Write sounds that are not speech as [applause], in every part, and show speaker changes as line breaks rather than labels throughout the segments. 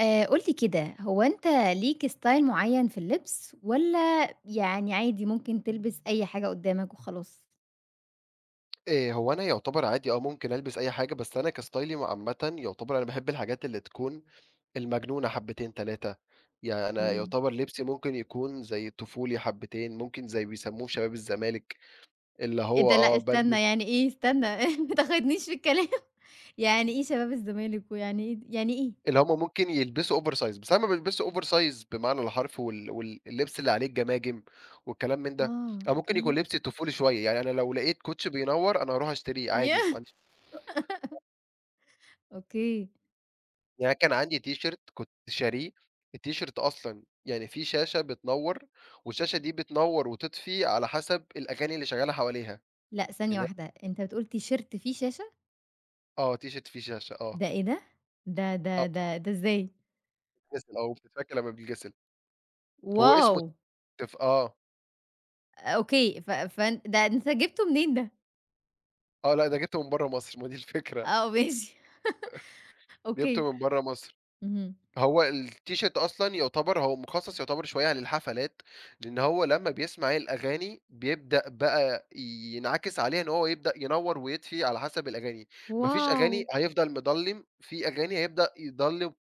قُل لي كده، هو أنت ليك style معيّن في اللبس والّا يعني عادي ممكن تلبس أي حاجة قدّامك وخلاص؟
هو أنا يعتبر عادي آه، ممكن ألبس أي حاجة، بس أنا كستايلي عامةً يعتبر أنا باحب الحاجات اللي تكون المجنونة حبّتين 3، يعني أنا
إمم.
يعتبر لبسي ممكن يكون زي طفولي حبّتين، ممكن زي بيسموه شباب الزمالك، اللي
إيه
هو
ده لأ
آه بالبس
استنى، يعني إيه استنى. [laughs] ما تاخدنيش في الكلام يعني إيه شباب الزمالك ويعني إيه د يعني إيه؟
اللي هم ممكن يلبسوا oversize، بس أنا ما بالبسش oversize بمعنى الحرف وال اللبس اللي عليه الجماجم والكلام من ده،
آه.
أو ممكن يكون
أوكي.
لبسي طفولي شوية، يعني أنا لو لقيت كوتشي بينوّر أنا هاروح أشتريه عادي ما
ياه!
عنديش.
أوكي.
يعني أنا كان عندي تيشيرت كنت شاريه، التيشيرت أصلًا يعني فيه شاشة بتنوّر، والشاشة دي بتنوّر وتطفي على حسب الأغاني اللي شغالة حواليها،
لأ ثانية
اللي هي
واحدة، أنت بتقول تيشيرت فيه شاشة؟
آه تيشيرت فيه شاشة آه،
ده إيه ده؟ ده
آه
ده ده ده إزاي؟
بيتغسل آه وبتتفك لمّا بيتغسل، هو
واو!
اسمه آه،
أوكي، ف فأن ده أنت جِبته منين ده؟
آه لأ ده جِبته من برّه مصر ما دي الفكرة،
آه ماشي. [laughs]
جِبته
أوكي.
من برّه مصر.
اهم.
هو التيشيرت أصلًا يُعتبر هو مخصّص يُعتبر شوية للحفلات، لإن هو لمّا بيسمع الأغاني بيبدأ بقى ينعكس عليها إن هو يبدأ ينوّر ويطفي على حسب الأغاني، ما فيش
واو!
أغاني هيفضل مضلِّم، في أغاني هيبدأ يضلِّم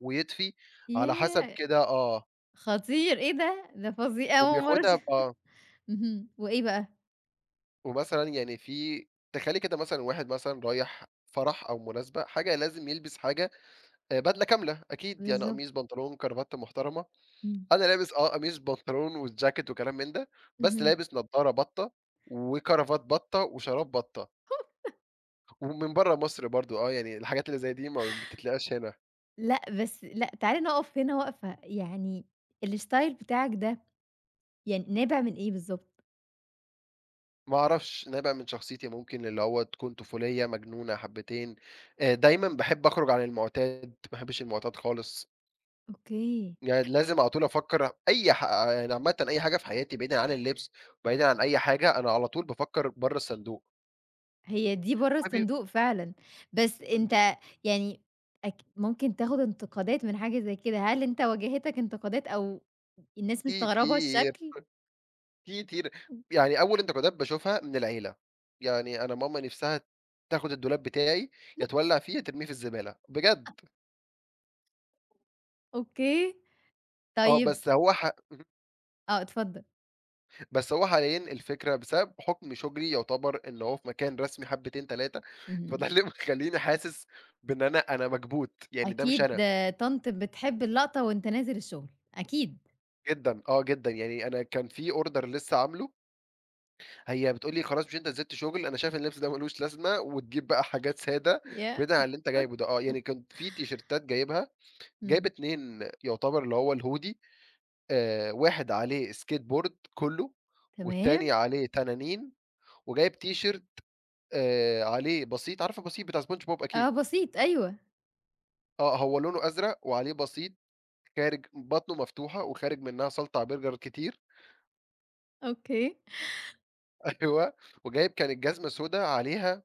ويطفي على حسب
ياه!
كده آه،
خطير إيه ده؟ ده فظيع أول مرّة أش.
وبياخدها آه،
[laughs] اهم، وإيه بقى؟
ومثلًا يعني في تخيّلي كده مثلًا واحد مثلًا رايح فرح أو مناسبة، حاجة لازم يلبس حاجة بدلة كاملة أكيد، يعني
بالضبط.
قميص، بنطلون، كرافتة محترمة.
إمم،
أنا لابس آه قميص بنطلون وجاكيت وكلام من ده، بس
اهم.
لابس نضارة بطة، وكرافات بطة، وشراب بطة، ومن برّه مصر برضه آه، يعني الحاجات اللي زي دي ما بتتلاقاش هنا،
لأ بس لأ تعالي نقف هنا وقفة، يعني الstyle بتاعِك ده يعني نابع من إيه بالضبط؟
ما أعرفش نابع من شخصيتي ممكن اللي هو تكون طفولية مجنونة حبتين، دايمًا باحب أخرج عن المعتاد، ما باحبش المعتاد خالص،
أوكي،
يعني لازم على طول أفكر أي ح يعني عامةً أي حاجة في حياتي بعيدًا عن اللبس، بعيدًا عن أي حاجة، أنا على طول بافكر برّه الصندوق.
هي دي برّه
حبيبي-
الصندوق فعلًا، بس أنت يعني أك ممكن تاخد انتقادات من حاجة زي كده، هل أنت واجهتك انتقادات أو الناس مستغربة
كتير
الشكل؟
في كتير، يعني أول انتقادات باشوفها من العيلة، يعني أنا ماما نِفْسها تاخد الدولاب بتاعي، يا
[laughs]
تولّع فيه يا ترميه في الزبالة، بجد،
أوكي،
آه،
طيب آه اتفضل.
بس هو حاليًا الفكرة بسبب حُكم شُغلي يُعتبر إن هو في مكان رسمي حبّتين 3 [laughs]
اهم.
فده اللي مخلّيني حاسس بإن أنا مكبوت، يعني ده مش
أكيد
أنا،
طنط بتحب اللقطة وأنت نازل الشغل، أكيد.
جدًا، آه جدًا، يعني أنا كان في order لسه عامله، هي بتقول لي: "خلاص مش أنت نزلت شُغل، أنا شايفة اللبس ده ما لوش لازمة وتجيب بقى حاجات سادة
ياه!
بدل عن اللي أنت جايبه ده." آه، يعني كنت في تيشيرتات جايبها جايب
إمم،
2 يعتبر اللي هو الhoodie، واحد عليه skateboard كُلّه، والتاني
تمام،
عليه تنانين، وجايب t-shirt عليه بسيط، عارف البسيط بتاع SpongeBob أكيد؟
آه بسيط، أيوه.
آه، هو لونه أزرق وعليه بسيط خارج بطنه مفتوحة وخارج منها سلطع برجر كتير،
أوكي.
[laughs] أيوه، وجايب كانت جزمة سودا عليها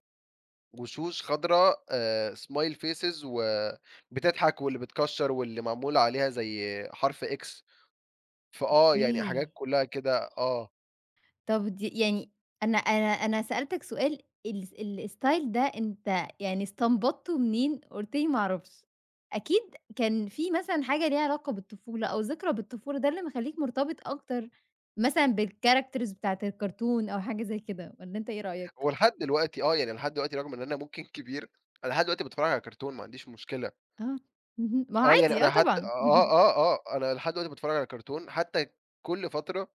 وشوش خضرا smile faces وبتضحك واللي بتكشّر واللي معمول عليها زي حرف X، فآه، يعني
أوكي،
حاجات كُلّها كده آه.
طب دي يعني أنا سألتك سؤال الstyle ده أنت يعني استنبطته منين؟ قُلت لي ما أعرفش، أكيد كان في مثلًا حاجة ليها علاقة بالطفولة أو ذكرى بالطفولة، ده اللي مخلّيك مرتبط أكتر مثلًا بالcharacters بتاعة الكرتون أو حاجة زي كده، والّا أنت إيه رأيك؟
هو لحد دلوقتي آه، يعني لحد دلوقتي رغم إن أنا ممكن كبير، أنا لحد دلوقتي باتفرّج على كرتون ما عنديش مشكلة.
آه، [laughs] اهم، ما هو
آه، يعني
عادي، آه
أنا حتى
طبعًا.
آه،
[laughs]
آه، آه، أنا لحد دلوقتي باتفرّج على كرتون، حتى كل فترة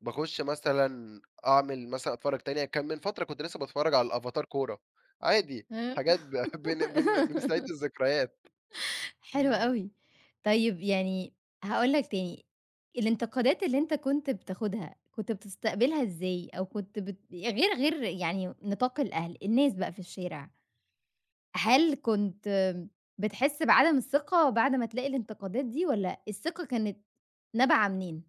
باخُش مثلًا أعمل مثلًا أتفرّج تاني، كان من فترة كنت لسه باتفرّج على الأفاتار كورة، عادي
اهم.
حاجات ب [laughs] بن بن بنستعيد
[laughs]
الذكريات.
حلو أوي. طيب يعني هاقول لك تاني، الانتقادات اللي أنت كنت بتاخدها، كنت بتستقبلها إزاي؟ أو كنت بت غير غير يعني نطاق الأهل، الناس بقى في الشارع، هل كنت بتحس بعدم الثقة بعد ما تلاقي الانتقادات دي والّا الثقة كانت نابعة منين؟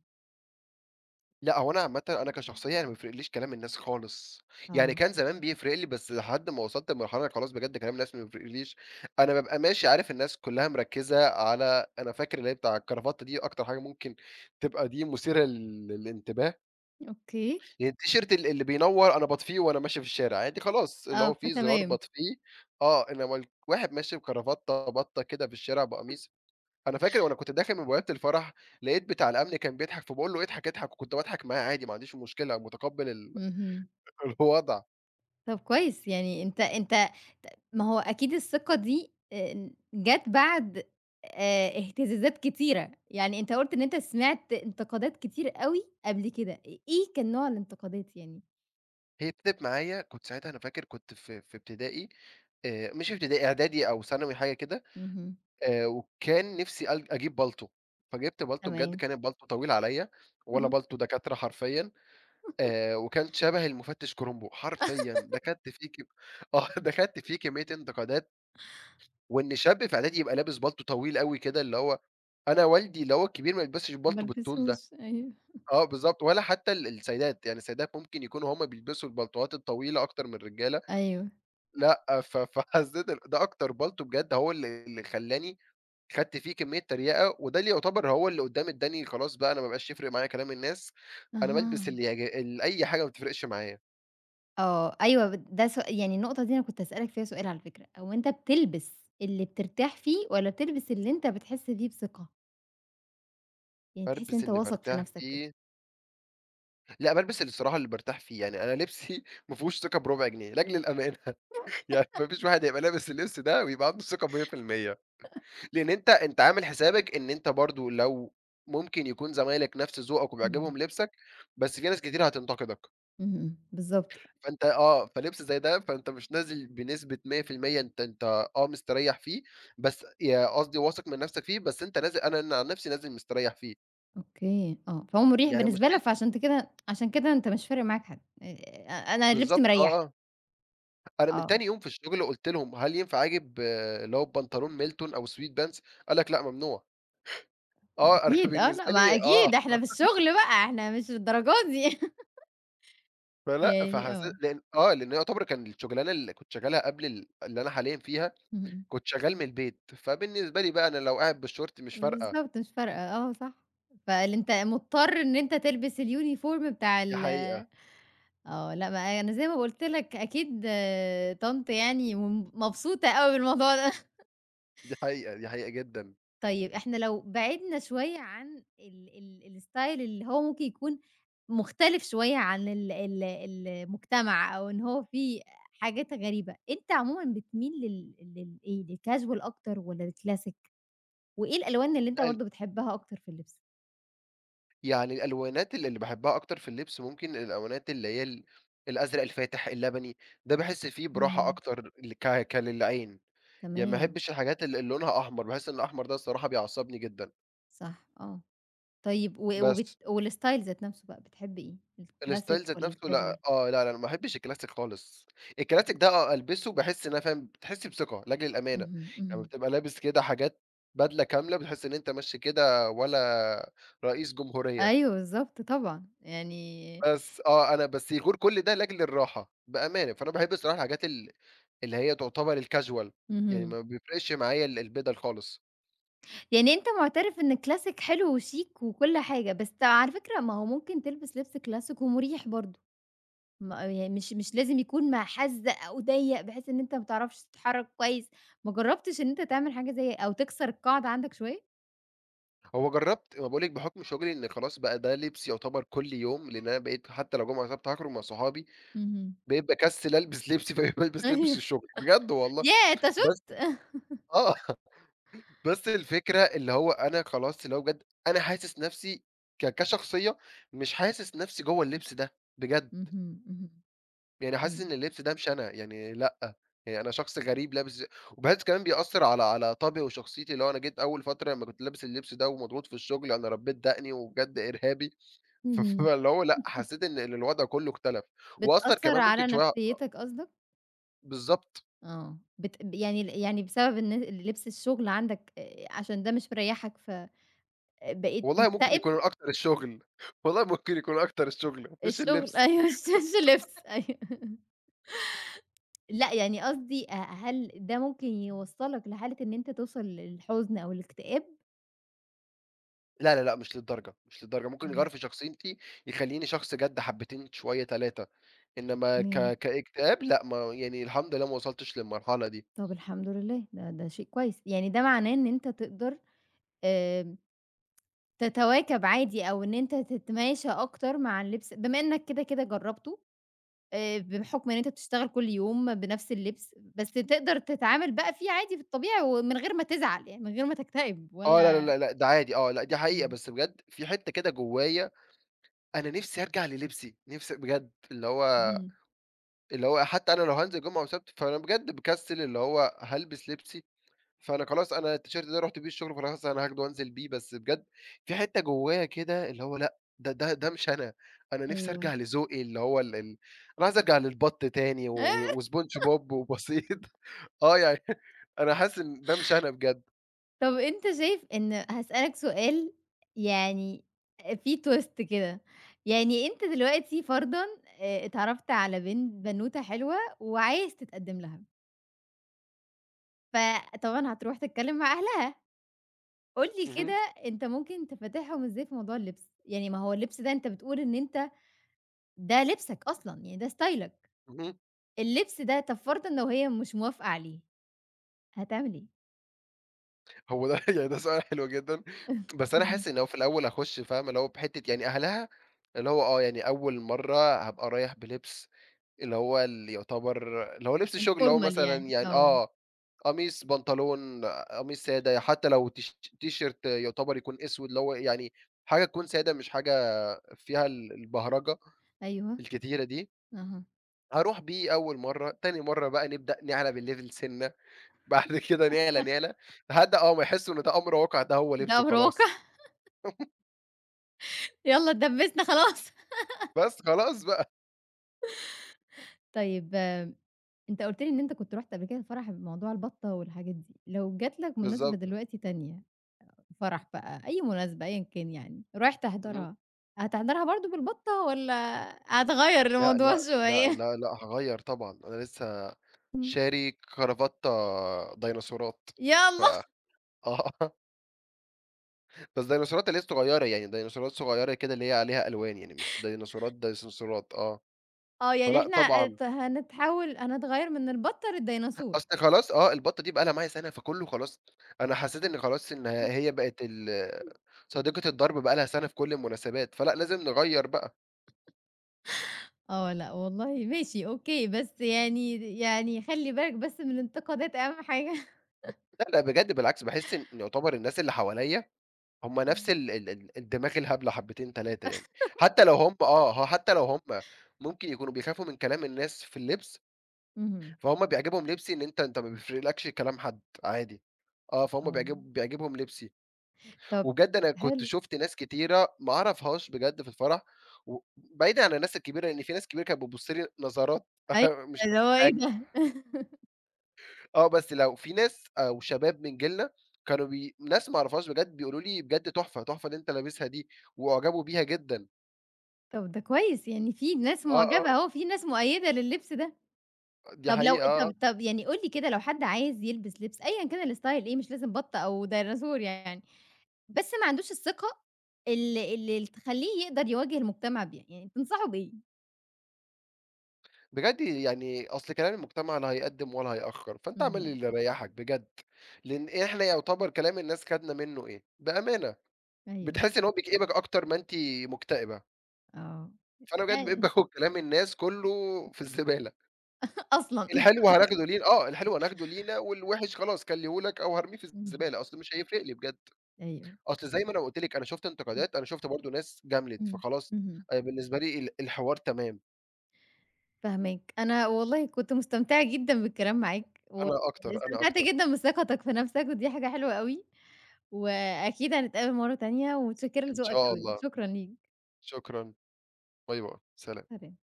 لأ، هو أنا عامةً أنا كشخصية أنا ما بيفرقليش كلام الناس خالص، يعني
آه.
كان زمان بيفرق لي بس لحد ما وصلت لمرحلة خلاص بجد كلام الناس ما بيفرقليش، أنا بابقى ماشي عارف الناس كلها مركّزة على أنا فاكر اللي هي بتاع الكرافتة دي أكتر حاجة ممكن تبقى دي مثيرة للانتباه،
أوكي.
يعني التيشيرت اللي بينوّر أنا باطفيه وأنا ماشي في الشارع، عادي خلاص اللي
آه،
هو في زرار
فتمام.
باطفيه آه، إنما الواحد ماشي بكرافتة باطة كده في الشارع بقميص، أنا فاكر وأنا كنت داخل من بوابة الفرح، لقيت بتاع الأمن كان بيضحك، فباقول له: "اضحك، اضحك." وكنت باضحك معاه عادي، ما عنديش مشكلة، متقبّل
اهم.
[laughs] الوضع.
طب كويس، يعني أنت ت ما هو أكيد الثقة دي جات بعد اهتزازات كتيرة، يعني أنت قُلت إن أنت سمعت انتقادات كتير أوي قبل كده، إيه كان نوع الانتقادات يعني؟
هي ابتدت معايا كنت ساعتها أنا فاكر كنت في ابتدائي مش ابتدائي، إعدادي أو ثانوي حاجة كده،
اهم،
وكان نِفْسي أجيب بالطو، فجِبت بالطو بجد
تمام.
كانت بالطو طويل عليّا، ولا بالطو
[laughs]
دكاترة حرفيًا، وكان شَبه المفتش كرومبو، حرفيًا دخلت فيه [laughs] آه، دخلت فيه كمية انتقادات وإن شاب في إعدادي يبقى لابس بالطو طويل أوي كده، اللي هو أنا والدي اللي هو الكبير ما يلبسش
ما
البالطو بالطول ده،
لبسوش، أيوه.
آه بالضبط، ولا حتى السيدات، يعني السيدات ممكن يكونوا هُم بيلبسوا البلطوات الطويلة أكتر من الرجالة،
أيوه،
لأ، ف [laughs] فحسيت إن ده أكتر بالطو بجد هو اللي خلّاني خدت فيه كمية تريقة، وده اللي يعتبر هو اللي قدّام ادّاني خلاص بقى أنا ما بقاش يفرق معايا كلام الناس، أنا بالبس
أها،
اللي يعج ال أي حاجة ما بتفرقش معايا،
آه، أيوه ب ده سؤ يعني النقطة دي أنا كنت هاسألك فيها سؤال على فكرة، هو أنت بتلبس اللي بترتاح فيه والّا بتلبس اللي أنت بتحس فيه بثقة؟ يعني تحس إن
بالبس
أنت
اللي
واثق في
بارتاح
نفسك كده؟
فيه، لأ، بالبس الصراحة اللي بارتاح فيه، يعني أنا لبسي [laughs] ما فيهوش ثقة بربع جنيه لأجل الأمان. يعني ما فيش واحد هيبقى لابس اللبس ده ويبقى عنده ثقة 100%، لأن أنت عامل حسابك إن أنت برضه لو ممكن يكون زمايلك نفس ذوقك
إمم.
وبيعجبهم لبسك، بس في ناس كتير هتنتقدك،
اهم، بالضبط،
فأنت آه، فلبس زي ده فأنت مش نازل بنسبة 100%، أنت آه، مستريح فيه، بس يا قصدي واثق من نفسك فيه، بس أنت نازل أنا عن نفسي نازل مستريح فيه،
أوكي، آه، فهو مُريح
يعني
بالنسبة لك
مشكلتي
فعشان ت كده عشان كده أنت مش فارق معاك حد. أنا لبسي
بالضبط آه،
مريّحني،
آه، أنا من
آه،
تاني يوم في الشغل قُلت لهم: "هل ينفع آجي اللي هو ببنطلون ميلتون أو سويت بانتس؟" قال لك: "لأ ممنوع." آه، أنا [laughs]
أكيد، آه، لأ،
بالنسبة
ما
لي آه.
أكيد إحنا في الشغل بقى، إحنا مش للدرجات دي. [laughs]
فلأ،
يعني
فحسيت
آه،
لإن آه، لإن هي يعتبر كان الشغلانة اللي كنت شغالها قبل اللي أنا حاليًا فيها،
اهم،
كنت شغال من البيت، فبالنسبة لي بقى أنا لو قاعد بالشورت مش فارقة،
بالضبط مش فارقة، آه صح، أنت مضطر إن أنت تلبس الuniform بتاع
دي
ال.
حقيقة،
آه، لأ، ما أنا زي ما قُلت لك أكيد طنط يعني مبسوطة أوي بالموضوع ده.
دي حقيقة، دي حقيقة جدًا.
طيب إحنا لو بعدنا شوية عن ال الstyle اللي هو ممكن يكون مختلف شوية عن ال المجتمع أو إن هو فيه حاجات غريبة، أنت عمومًا بتميل للإيه، للcasual أكتر والّا للclassic؟ وإيه الألوان اللي أنت
لأ ال
برضه بتحبها أكتر في اللبس؟
يعني الألوانات اللي باحبها أكتر في اللبس ممكن الألوانات اللي هي الأزرق الفاتح، اللبني، ده باحس فيه براحة
إمم،
أكتر ل ك ك للعين، يعني ما
تمام،
احبش الحاجات اللي لونها أحمر، باحس إن الأحمر ده الصراحة بيعصبني جدًا،
صح، آه. طيب و وبت
بس.
والstyle ذات نفسه بقى بتحب إيه، الclassic
الstyle ذات
والّا
نفسه
الcasual؟
لأ، آه، لا، لا، أنا ما باحبش الclassic خالص، الclassic ده آه، ألبسه باحس إن أنا فاهم بتحس بثقة لأجل الأمانة،
اهم،
لمّا
اهم.
بتبقى لابس كده حاجات بدلة كاملة بتحس إن أنت ماشي كده ولا رئيس جمهورية،
أيوه بالضبط طبعًا، يعني
بس آه، أنا بس غير كل ده لأجل الراحة بأمانة، فأنا باحب الصراحة الحاجات اللي هي تعتبر الcasual، يعني
اهم.
ما بيفرقش معايا البِدَل خالص،
يعني أنت معترف إن الكلاسيك حلو وشيك وكل حاجة، بس على فكرة ما هو ممكن تلبس لبس كلاسيك ومريح برضه، ما يعني مش لازم يكون محزّق أو ضيّق بحيث إن أنت ما بتعرفش تتحرّك كويس، ما جرّبتش إن أنت تعمل حاجة زي أو تكسر القاعدة عندك شوية؟
هو جرّبت ما باقول لِك بحكم شغلي إن خلاص بقى ده لبسي يعتبر كل يوم، لأن أنا بقيت حتى لو جمعة وسبت هاخرج مع صحابي
اهم.
بقيت باكسّل ألبس لبسي، فبقيت بالبس [laughs] لبس
أيوه،
الشغل، بجد والله.
ياه! أنت
بس
شُفت؟ [laughs]
آه، بس الفكرة اللي هو أنا خلاص اللي هو بجد أنا حاسس نَفْسي كشخصية، مش حاسس نَفْسي جوّه اللبس ده، بجد.
اهم، اهم،
يعني حاسس
اهم.
إن اللبس ده مش أنا، يعني لأ، يعني أنا شخص غريب لابس وبجد كمان بيأثّر على طبعي وشخصيتي، اللي هو أنا جيت أول فترة لمّا كنت لابس اللبس ده ومضغوط في الشغل، أنا ربّيت دقني وبجد إرهابي، [laughs] ف
اهم.
فاللي هو لأ،
[laughs]
حسّيت إن الوضع كُلّه اختلف وأثّر
بتأثّر
كمان ممكن
على
شوية
نفسيتك قصدك؟
بالضبط.
آه، بت ب يعني ال يعني بسبب إن لبس الشغل عندك عشان ده مش مريّحك فبقيت
والله ممكن
مكتئب؟
يكون أكتر الشغل، [laughs] والله ممكن يكون أكتر الشغل مش
الشغل.
اللبس.
[laughs] أيوه اللبس أيوه. لأ، يعني قصدي هل ده ممكن يوصّلك لحالة إن أنت توصل للحزن أو الاكتئاب؟
لا، لا، لأ، مش للدرجة، مش للدرجة، ممكن يغيّر في
آه،
شخصيتي، يخلّيني شخص جَد حبّتين شوية 3، إنّما
تمام.
كاكتئاب لأ، ما يعني الحمد لله ما وصلتش للمرحلة دي.
طب الحمد لله، ده شيء كويس. يعني ده معناه إن أنت تقدر آمم، تتواكب عادي أو إن أنت تتماشى أكتر مع اللبس بما إنّك كده، كده جرّبته، بحُكم إن أنت بتشتغل كل يوم بنفس اللبس، بس تقدر تتعامل بقى فيه عادي في الطبيعي ومن غير ما تزعل يعني، من غير ما تكتئب
آه، لا، لا،
ولا
لا، لأ، ده عادي آه، لأ، دي حقيقة،
إمم،
بس بجد في حتّة كده جوّايا أنا نِفْسي أرجع للبسي، نِفْسي بجد اللي هو
اهم،
اللي هو حتّى أنا لو هانزل جمعة وسَبت، فأنا بجد باكسّل اللي هو هالبس لبسي، فأنا خلاص أنا التيشيرت ده رُحت بيه الشغل، فخلاص أنا هاخده وأنزل بيه، بس بجد في حتّة جوّايا كده اللي هو لأ، ده مش أنا، أنا نِفْسي
أيوه.
أرجع لذوقي اللي هو ال ال أنا عايز أرجع للبَط تاني وسبونج بوب وبسيط، [laughs] آه، يعني أنا حاسس إن ده مش أنا بجد.
طب أنت شايف إن هاسألك سؤال يعني فيه twist كده، يعني أنت دلوقتي فرضًا اتعرّفت على بنت بنوتة حلوة وعايز تتقدّم لها، فطبعًا هتروح تتكلّم مع أهلها، قُل لي
اهم،
كده أنت ممكن تفاتحهم إزاي في موضوع اللبس؟ يعني ما هو اللبس ده أنت بتقول إن أنت ده لبسك أصلًا، يعني ده ستايلك،
اهم،
اللبس ده طب فرضًا لو هي مش موافقة عليه، هتعمل إيه؟
هو ده [laughs] يعني ده سؤال حلو جدًا، بس أنا حاسس إن
[laughs]
هو في الأول هاخُش فاهمة، اللي هو بحتّة يعني أهلها اللي هو آه، يعني أول مرّة هابقى رايح بلبس اللي هو اللي يعتبر اللي هو لبس شغل، اللي هو
الformal
مثلًا
يعني،
يعني
آه،
آه، قميص، بنطلون، قميص سادة، حتى لو تيشيرت يعتبر يكون أسود، اللي هو يعني حاجة تكون سادة مش حاجة فيها البهرجة
أيوه،
الكتيرة دي،
أها،
هاروح بيه أول مرّة، تاني مرّة بقى نبدأ نعلى بالlevel سِنّة، [laughs] بعد كده نعلى، نعلى، لحد آه ما يحسّوا إن ده أمر واقع، ده هو
ده
لبسه
أمر واقع.
خلاص،
يالّا اتدبّسنا خلاص. [laughs]
بس خلاص بقى،
طيب آمم، أنت قُلت لي إن أنت كنت رُحت قبل كده فرح بموضوع البَطّة والحاجات دي، لو جات لك مناسبة
بالضبط.
دلوقتي تانية، فرح بقى، أي مناسبة أيًا كان يعني، رايح
اهم.
تحضرها، هتحضرها برضه بالبَطّة والّا هتغيّر
لأ،
الموضوع
لأ، لأ،
شوية.
لأ، لأ، هاغيّر طبعًا، أنا لسه
[laughs] إمم.
شاري كرافتة ديناصورات، ف
يالّا.
آه، [laughs] بس ديناصورات اللي هي الصغيّرة يعني، ديناصورات صغيّرة كده اللي هي عليها ألوان يعني، مش ديناصورات ديناصورات آه،
آه، يعني
فلأ
إحنا
طبعًا،
هنتحول هنتغيّر من البَطّة للديناصور.
أصل خلاص آه، البطة دي بقى لها معايا سَنة، فكلّه خلاص أنا حسّيت إن خلاص إن هي بقت صديقة الدرب بقى لها سَنة في كل المناسبات، فلأ لازم نغيّر بقى،
آه، لأ والله ماشي أوكي، بس يعني خلّي بالك بس من الانتقادات أهم حاجة.
لأ، لأ بجد بالعكس باحس إن يعتبر الناس اللي حواليّا هم نفس
[laughs]
ال ال ال الدماغ الهبلة حبتين 3 يعني، حتى لو هم آه، هو حتى لو هم ممكن يكونوا بيخافوا من كلام الناس في اللبس،
إمم.
فهُم بيعجبهم لبسي إن أنت ما بيفرقلكش كلام حد عادي، آه، فهُم
اهم،
بيعجبهم لبسي،
آه، طب
وبجد أنا كنت
حلو.
شُفت ناس كتيرة ما أعرفهاش بجد في الفرح، وبعيدًا عن الناس الكبيرة لإن في ناس كبيرة كانت بتبُص لي نظرات [laughs]
أيوه،
مش
اللي هو إيه
حاجة،
ده!
آه، بس لو في ناس أو شباب من جيلنا كانوا بي ناس ما أعرفهاش بجد بيقولوا لي بجد تحفة، تحفة اللي أنت لابسها دي، وأعجبوا بيها جدًا.
طب ده كويس، يعني في ناس
آه،
معجبة
آه،
أهو، في ناس مؤيّدة لللبس ده.
دي
طب لو
حقيقة آه، آه،
طب يعني قُل لي كده لو حد عايز يلبس لبس أيًا كان الstyle إيه، مش لازم بَطّ أو ديناصور يعني، بس ما عندوش الثقة ال اللي تخلّيه يقدر يواجه المجتمع بيها، يعني تنصحه بإيه؟
بجد يعني أصل كلام المجتمع لا هيقدّم ولا هيأخّر، فأنت اعمل
اهم،
اللي يريّحك بجد، لإن إحنا يعتبر كلام الناس خدنا منّه إيه، بأمانة،
أيوه،
بتحسّي إن هو بيكئبك أكتر ما أنتِ مكتئبة،
آه،
فأنا بجد بقيت
أ
باخُد كلام الناس كلّه في الزبالة،
[laughs] أصلًا
الحلو هناخده لينا آه، الحلو هناخده لينا والوِحِش خلاص كلّيه لك أو هارميه في
اهم،
الزبالة، أصل مش هيفرق لي بجد،
أيوه،
أصل زي ما أنا قُلت لِك أنا شُفت انتقادات، أنا شُفت برضه ناس جاملت،
إمم،
فخلاص
اهم،
بالنسبة لي الحوار تمام،
فاهماك. أنا والله كنت مستمتعة جدًا بالكلام معاك،
أنا أكتر، أنا
استمتعت
أكتر،
جدًا بثقتك في نفسك ودي حاجة حلوة أوي. وأكيد هنتقابل مرّة تانية ومتشكرة
إن
لذوقك
شاء
أوي،
الله.
شكرًا ليك.
شكرًا، باي، باي، سلام.
سلام.